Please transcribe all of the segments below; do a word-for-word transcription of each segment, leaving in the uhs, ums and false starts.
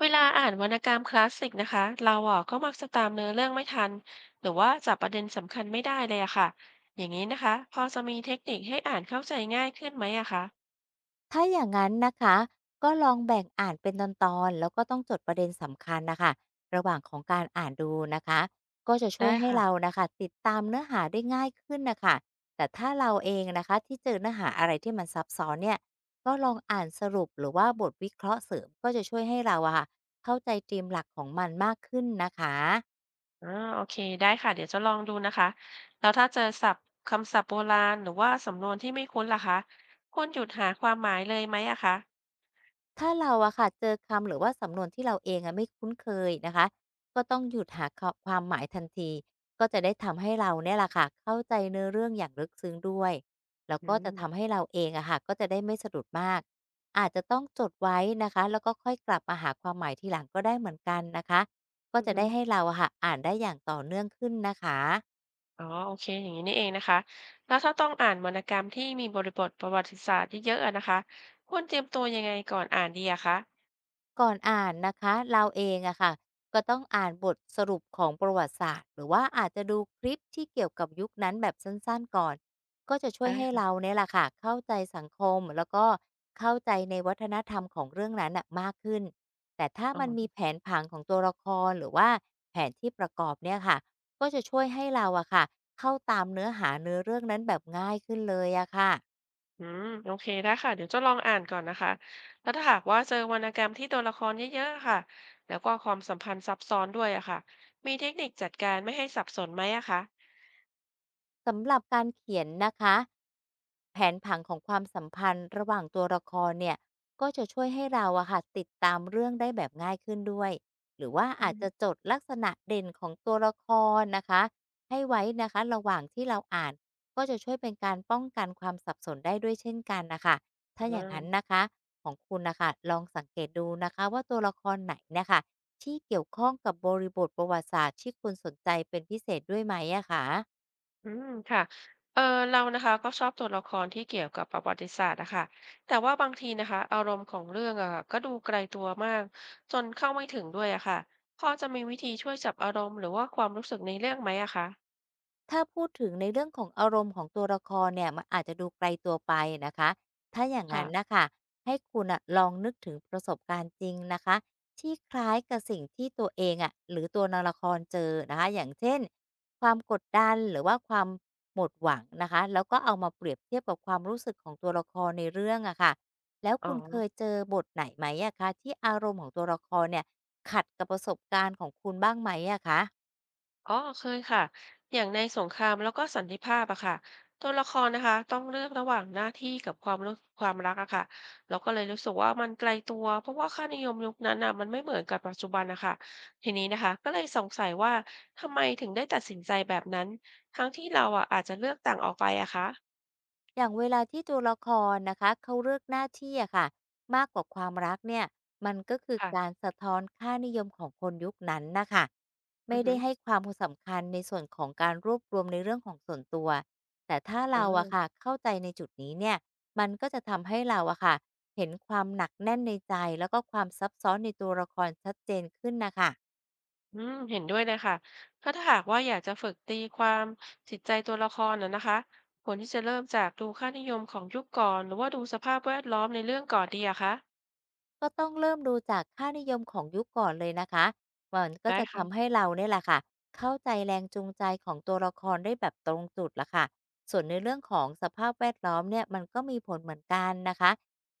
เวลาอ่านวรรณกรรมคลาสสิกนะคะเราอ่ะก็มักจะตามเนื้อเรื่องไม่ทันหรือว่าจับประเด็นสำคัญไม่ได้เลยอะค่ะอย่างนี้นะคะพอจะมีเทคนิคให้อ่านเข้าใจง่ายขึ้นไหมอะคะถ้าอย่างนั้นนะคะก็ลองแบ่งอ่านเป็นตอนๆแล้วก็ต้องจดประเด็นสำคัญนะค่ะระหว่างของการอ่านดูนะคะก็จะช่วได้ยให้เราค่ะนะคะติดตามเนื้อหาได้ง่ายขึ้นนะคะแต่ถ้าเราเองนะคะที่เจอเนื้อหาอะไรที่มันซับซ้อนเนี่ยก็ลองอ่านสรุปหรือว่าบทวิเคราะห์เสริมก็จะช่วยให้เราอะค่ะเข้าใจธีมหลักของมันมากขึ้นนะคะ อ่าโอเคได้ค่ะเดี๋ยวจะลองดูนะคะแล้วถ้าเจอศัพท์คำศัพท์โบราณหรือว่าสำนวนที่ไม่คุ้นล่ะคะควรหยุดหาความหมายเลยไหมอะคะถ้าเราอะค่ะเจอคำหรือว่าสำนวนที่เราเองอะไม่คุ้นเคยนะคะก็ต้องหยุดหาคความหมายทันทีก็จะได้ทำให้เราเนี่ยแหละค่ะเข้าใจเนื้อเรื่องอย่างลึกซึ้งด้วยแล้วอืก็จะมทำให้เราเองอะค่ะก็จะได้ไม่สะดุดมากอาจจะต้องจดไว้นะคะแล้วก็ค่อยกลับมาหาความหมายทีหลังก็ได้เหมือนกันนะคะก็อือจะฮึได้ให้เราอะค่ะอ่านได้อย่างต่อเนื่องขึ้นนะคะ อ๋อโอเคอย่างนี้นี่เองนะคะแล้วถ้าต้องอ่านวรรณกรรมที่มีบริบทประวัติศาสตร์เยอะๆอะนะคะควรเตรียมตัวยังไงก่อนอ่านดีอะคะ ก่อนอ่านนะคะเราเองอะค่ะก็ต้องอ่านบทสรุปของประวัติศาสตร์หรือว่าอาจจะดูคลิปที่เกี่ยวกับยุคนั้นแบบสั้นๆก่อนก็จะช่วได้ยให้เราค่ะเนี่ยแหละค่ะเข้าใจสังคมแล้วก็เข้าใจในวัฒนธรรมของเรื่องนั้นอะมากขึ้นแต่ถ้าอ๋มันมีอแผนผังของตัวละครหรือว่าแผนที่ประกอบเนี่ยค่ะก็จะช่วยให้เราอะค่ะเข้าตามเนื้อหาเนื้อเรื่องนั้นแบบง่ายขึ้นเลยอะค่ะ อืมโอเคได้ค่ะเดี๋ยวจะลองอ่านก่อนนะคะแล้วถ้าหากว่าเจอวรรณกรรมที่ตัวละครเยอะๆค่ะแล้วก็ความสัมพันธ์ซับซ้อนด้วยอะค่ะมีเทคนิคจัดการไม่ให้สับสนไหมอะคะสำหรับการเขียนนะคะแผนผังของความสัมพันธ์ระหว่างตัวละครเนี่ยก็จะช่วยให้เราอะค่ะติดตามเรื่องได้แบบง่ายขึ้นด้วยหรือว่าอือาจจะมจดลักษณะเด่นของตัวละครนะคะให้ไว้นะคะระหว่างที่เราอ่านก็จะช่วยเป็นการป้องกันความสับสนได้ด้วยเช่นกันนะคะอถ้าอย่างนั้นานะคะของคุณนะคะลองสังเกตดูนะคะว่าตัวละครไหนนะคะที่เกี่ยวข้องกับบริบทประวัติศาสตร์ที่คุณสนใจเป็นพิเศษด้วยไหมอะคะ อืมค่ะเออเรานะคะก็ชอบตัวละครที่เกี่ยวกับประวัติศาสตร์นะคะแต่ว่าบางทีนะคะอารมณ์ของเรื่องอะค่ะก็ดูไกลตัวมากจนเข้าไม่ถึงด้วยอะค่ะพอจะมีวิธีช่วยจับอารมณ์หรือว่าความรู้สึกในเรื่องไหมอะคะถ้าพูดถึงในเรื่องของอารมณ์ของตัวละครเนี่ยมันอาจจะดูไกลตัวไปนะคะถ้าอย่างนั้นค่ะนะคะให้คุณอะลองนึกถึงประสบการณ์จริงนะคะที่คล้ายกับสิ่งที่ตัวเองอะหรือตัวนางละครเจอนะคะอย่างเช่นความกดดันหรือว่าความหมดหวังนะคะแล้วก็เอามาเปรียบเทียบกับความรู้สึกของตัวละครในเรื่องอะค่ะแล้วอ๋อ คุณเคยเจอบทไหนไหมอะคะที่อารมณ์ของตัวละครเนี่ยขัดกับประสบการณ์ของคุณบ้างไหมอะคะ อ๋อเคยค่ะ อย่างในสงครามแล้วก็สันติภาพอะค่ะตัวละครนะคะต้องเลือกระหว่างหน้าที่กับความรู้ความรักอะค่ะเราก็เลยรู้สึกว่ามันไกลตัว เพราะว่าค่านิยมยุคนั้นอะมันไม่เหมือนกับปัจจุบันนะคะทีนี้นะคะก็เลยสงสัยว่าทำไมถึงได้ตัดสินใจแบบนั้น ทั้งที่เราอะอาจจะเลือกต่างออกไปอะคะอย่างเวลาที่ตัวละครนะคะเขาเลือกหน้าที่อะค่ะมากกว่าความรักเนี่ยมันก็คือการค่ะสะท้อนค่านิยมของคนยุคนั้นนะคะอืไม่อฮึได้ให้ความสำคัญในส่วนของการรวบรวมในเรื่องของส่วนตัวแต่ถ้าเราอะอ่า ค่ะเข้าใจในจุดนี้เนี่ยมันก็จะทำให้เราอะค่ะเห็นความหนักแน่นในใจแล้วก็ความซับซ้อนในตัวละครชัดเจนขึ้นนะคะ อืมเห็นด้วยเลยค่ะถ้าถ้าหากว่าอยากจะฝึกตีความจิตใจตัวละครน่ะนะคะควรที่จะเริ่มจากดูค่านิยมของยุคก่อน หรือว่าดูสภาพแวดล้อมในเรื่องก่อนดีอะคะ ก็ต้องเริ่มดูจากค่านิยมของยุคก่อนเลยนะคะมันก็ได้จะทำค่ะ ให้เราเนี่ยแหละค่ะเข้าใจแรงจูงใจของตัวละครได้แบบตรงจุดละค่ะส่วนในเรื่องของสภาพแวดล้อมเนี่ยมันก็มีผลเหมือนกันนะคะ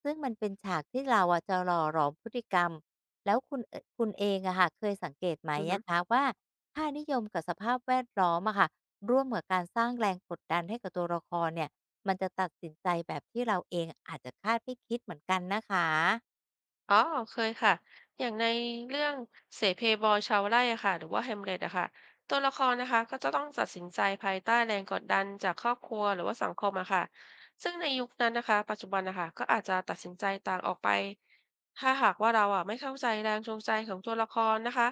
ซึ่งมันเป็นฉากที่เราอะจะหล่อหลอมพฤติกรรมแล้วคุณเอ่อคุณเองอะค่ะเคยสังเกตไหมอะคะว่าค่านิยมกับสภาพแวดล้อมอะค่ะร่วมกับการสร้างแรงกดดันให้กับตัวละครเนี่ยมันจะตัดสินใจแบบที่เราเองอาจจะคาดไม่คิดเหมือนกันนะคะ อ๋อเคยค่ะ อย่างในเรื่องเสเพบอยชาวไร่อะค่ะหรือว่า Hamlet อะค่ะตัวละครนะคะก็จะต้องตัดสินใจภายใต้แรงกดดันจากครอบครัวหรือว่าสังคมอะค่ะซึ่งในยุคนั้นนะคะปัจจุบันนะคะก็อาจจะตัดสินใจต่างออกไป ถ้าหากว่าเราอะไม่เข้าใจแรงจูงใจของตัวละครนะคะ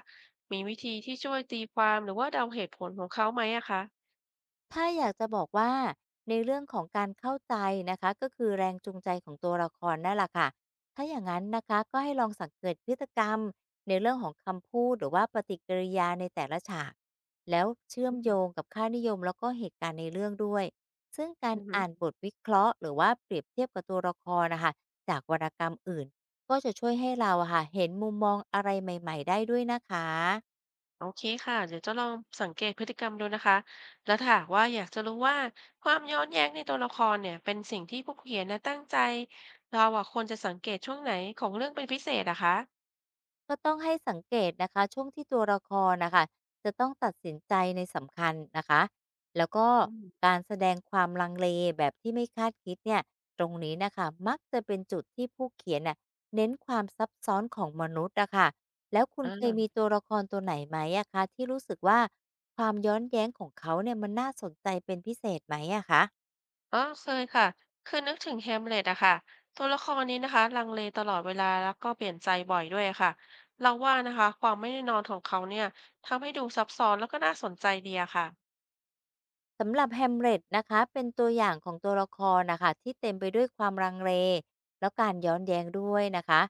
มีวิธีที่ช่วยตีความหรือว่าเดาเหตุผลของเขาไหมอะคะถ้าอยากจะบอกว่าในเรื่องของการเข้าใจนะคะก็คือแรงจูงใจของตัวละครนั่นแหละค่ะถ้าอย่างนั้นนะคะก็ให้ลองสังเกตพฤติกรรมในเรื่องของคำพูดหรือว่าปฏิกิริยาในแต่ละฉากแล้วเชื่อมอืโยมงกับค่านิยมแล้วก็เหตุการณ์ในเรื่องด้วยซึ่งกาอืรอ่าม นบทวิเคราะห์หรือว่าเปรียบเทียบกับตัวละครนะคะจากวรรณกรรมอื่นก็จะช่วยให้เราอะค่ะเห็นมุมมองอะไรใหม่ๆได้ด้วยนะคะ โอเคค่ะเดี๋ยวจะลองสังเกตพฤติกรรมดูนะคะแล้วถ้าหากว่าอยากจะรู้ว่าความย้อนแย้งในตัวละครเนี่ยเป็นสิ่งที่ผู้เขียนนะตั้งใจเราอ่ะควรจะสังเกตช่วงไหนของเรื่องเป็นพิเศษอะคะก็ต้องให้สังเกตนะคะช่วงที่ตัวละครนะคะจะต้องตัดสินใจในสำคัญนะคะแล้วก็อืมการแสดงความลังเลแบบที่ไม่คาดคิดเนี่ยตรงนี้นะคะมักจะเป็นจุดที่ผู้เขียนน่ะเน้นความซับซ้อนของมนุษย์อะค่ะแล้วคุณเคยมีอ่าตัวละครตัวไหนไหมอะคะที่รู้สึกว่าความย้อนแย้งของเขาเนี่ยมันน่าสนใจเป็นพิเศษไหมอะคะ อ๋อเคยค่ะคือนึกถึงแฮมเล็ตอะค่ะตัวละครนี้นะคะลังเลตลอดเวลาแล้วก็เปลี่ยนใจบ่อยด้วยค่ะเราว่านะคะความไม่แน่นอนของเขาเนี่ยทำให้ดูซับซ้อนแล้วก็น่าสนใจดีอะค่ะสำหรับ h a m ล e t นะคะเป็นตัวอย่างของตัวละครนะคะที่เต็มไปด้วยความรังเลแล้วการย้อนแย้งด้วยนะคะ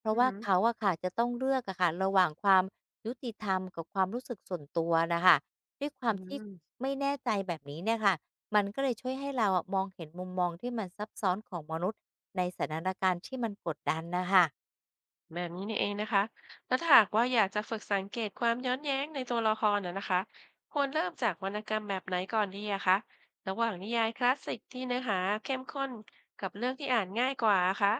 เพราะอือว่าหือเขาอะค่ะจะต้องเลือกอะค่ะระหว่างความยุติธรรมกับความรู้สึกส่วนตัวนะคะด้วยควาอืมที่ม ไม่แน่ใจแบบนี้เนี่ยค่ะมันก็เลยช่วยให้เราอะมองเห็นมุมมองที่มันซับซ้อนของมนุษย์ในสถานการณ์ที่มันกดดันนะคะ แบบนี้นี่เองนะคะแล้วถ้าหากว่าอยากจะฝึกสังเกตความย้อนแย้งในตัวละครน่ะนะคะควรเริ่มจากวรรณกรรมแบบไหนก่อนดีอะคะระหว่างนิยายคลาสสิกที่เนื้อหาเข้มข้นกับเรื่องที่อ่านง่ายกว่าอะคะ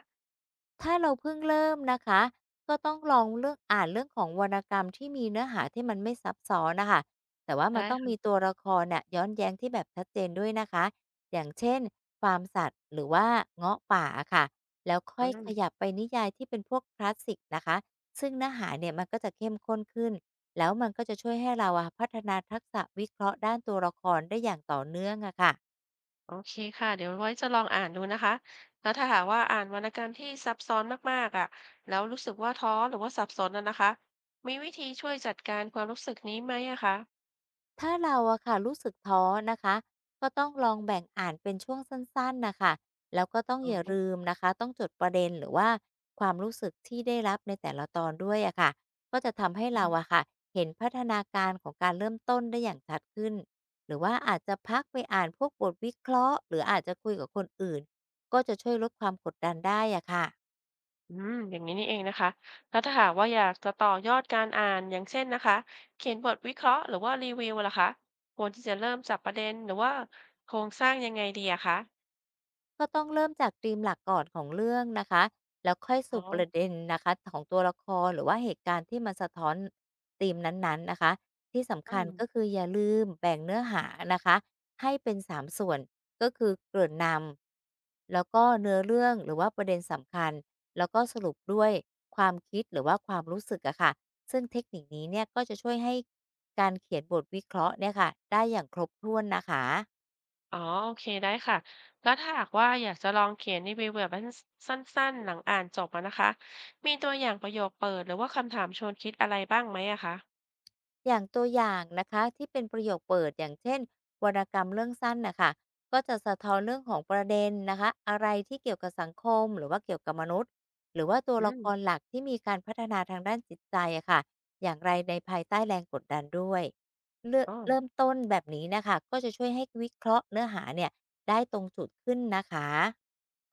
ถ้าเราเพิ่งเริ่มนะคะก็ต้องลองเลือกอ่านเรื่องของวรรณกรรมที่มีเนื้อหาที่มันไม่ซับซ้อนนะค่ะแต่ว่าได้มันต้องมีค่ะตัวละครน่ะย้อนแย้งที่แบบชัดเจนด้วยนะคะอย่างเช่นฟาร์มสัตว์หรือว่าเงาะป่าค่ะแล้วค่อือยมขยับไปนิยายที่เป็นพวกคลาสสิกนะคะซึ่งเนื้อหาเนี่ยมันก็จะเข้มข้นขึ้นแล้วมันก็จะช่วยให้เราอะพัฒนาทักษะวิเคราะห์ด้านตัวละครได้อย่างต่อเนื่องอะค่ะ โอเคค่ะเดี๋ยวไว้จะลองอ่านดูนะคะแล้วถ้าหากว่าอ่านวรรณกรรมที่ซับซ้อนมากๆอะแล้วรู้สึกว่าท้อหรือว่าสับสนนะนะคะ มีวิธีช่วยจัดการความรู้สึกนี้ไหมอะคะถ้าเราอะค่ะรู้สึกท้อนะคะก็ต้องลองแบ่งอ่านเป็นช่วงสั้นๆนะคะแล้วก็ต้องอ๋อย่าอ ลืมนะคะต้องจดประเด็นหรือว่าความรู้สึกที่ได้รับในแต่ละตอนด้วยอะค่ะก็จะทำให้เราอะค่ะเห็นพัฒนาการของการเริ่มต้นได้อย่างชัดขึ้นหรือว่าอาจจะพักไปอ่านพวกบทวิเคราะห์หรืออาจจะคุยกับคนอื่นก็จะช่วยลดความกดดันได้อะค่ะ อืมอย่างนี้นี่เองนะคะแล้วถ้าหากว่าอยากจะต่อยอดการอ่านอย่างเช่นนะคะเขียนบทวิเคราะห์หรือว่ารีวิวล่ะคะควรที่จะเริ่มจากประเด็นหรือว่าโครงสร้างยังไงดีอะคะก็ต้องเริ่มจากธีมหลักก่อนของเรื่องนะคะแล้วค่อยอ๋อสู่ประเด็นนะคะของตัวละครหรือว่าเหตุการณ์ที่มันสะท้อนธีมนั้นๆนะคะที่อืสำคัญมก็คืออย่าลืมแบ่งเนื้อหานะคะให้เป็นสามส่วนก็คือเกริ่นนำแล้วก็เนื้อเรื่องหรือว่าประเด็นสำคัญแล้วก็สรุปด้วยความคิดหรือว่าความรู้สึกอะค่ะซึ่งเทคนิคนี้เนี่ยก็จะช่วยให้การเขียนบทวิเคราะห์เนี่ยค่ะได้อย่างครบถ้วนนะคะ อ๋อโอเคได้ค่ะแล้วถ้าหากว่าอยากจะลองเขียนรีวิวแบบสั้นๆหลังอ่านจบอะนะคะมีตัวอย่างประโยคเปิดหรือว่าคำถามชวนคิดอะไรบ้างไหมอะคะอย่างตัวอย่างนะคะที่เป็นประโยคเปิดอย่างเช่นวรรณกรรมเรื่องสั้นนะคะก็จะสะท้อนเรื่องของประเด็นนะคะอะไรที่เกี่ยวกับสังคมหรือว่าเกี่ยวกับมนุษย์หรือว่าตัวอืละมครหลักที่มีการพัฒนาทางด้านจิตใจอะค่ะอย่างไรในภายใต้แรงกดดันด้วยเลือกอ๋อ เริ่มต้นแบบนี้นะคะก็จะช่วยให้วิเคราะห์เนื้อหาเนี่ยได้ตรงจุดขึ้นนะคะ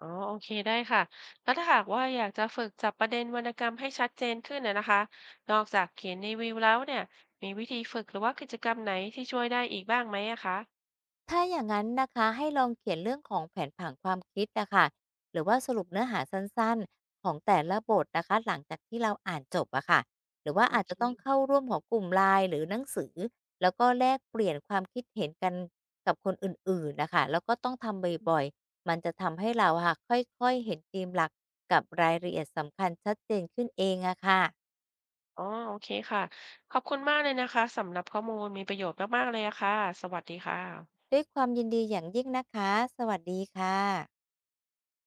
อ๋อโอเคได้ค่ะแล้วถ้าหากว่าอยากจะฝึกจับประเด็นวรรณกรรมให้ชัดเจนขึ้นนะนะคะนอกจากเขียนรีวิวแล้วเนี่ยมีวิธีฝึกหรือว่ากิจกรรมไหนที่ช่วยได้อีกบ้างไหมอะคะถ้าอย่างนั้นนะคะให้ลองเขียนเรื่องของแผนผังความคิดนะคะหรือว่าสรุปเนื้อหาสั้นๆของแต่ละบทนะคะหลังจากที่เราอ่านจบอะค่ะหรือว่าโออาจเคจะต้องเข้าร่วมของกลุ่มไลน์หรือหนังสือแล้วก็แลกเปลี่ยนความคิดเห็นกันกับคนอื่นๆนะคะแล้วก็ต้องทำอบ่อยๆมันจะทำให้เราอะค่ะค่อยๆเห็นธีมหลักกับรายละเอียดสำคัญชัดเจนขึ้นเองอะค่ะ๋อโอเคค่ะขอบคุณมากเลยนะคะสำหรับข้อมูลมีประโยชน์มากๆเลยอะค่ะสวัสดีค่ะด้วยความยินดีอย่างยิ่งนะคะสวัสดีค่ะ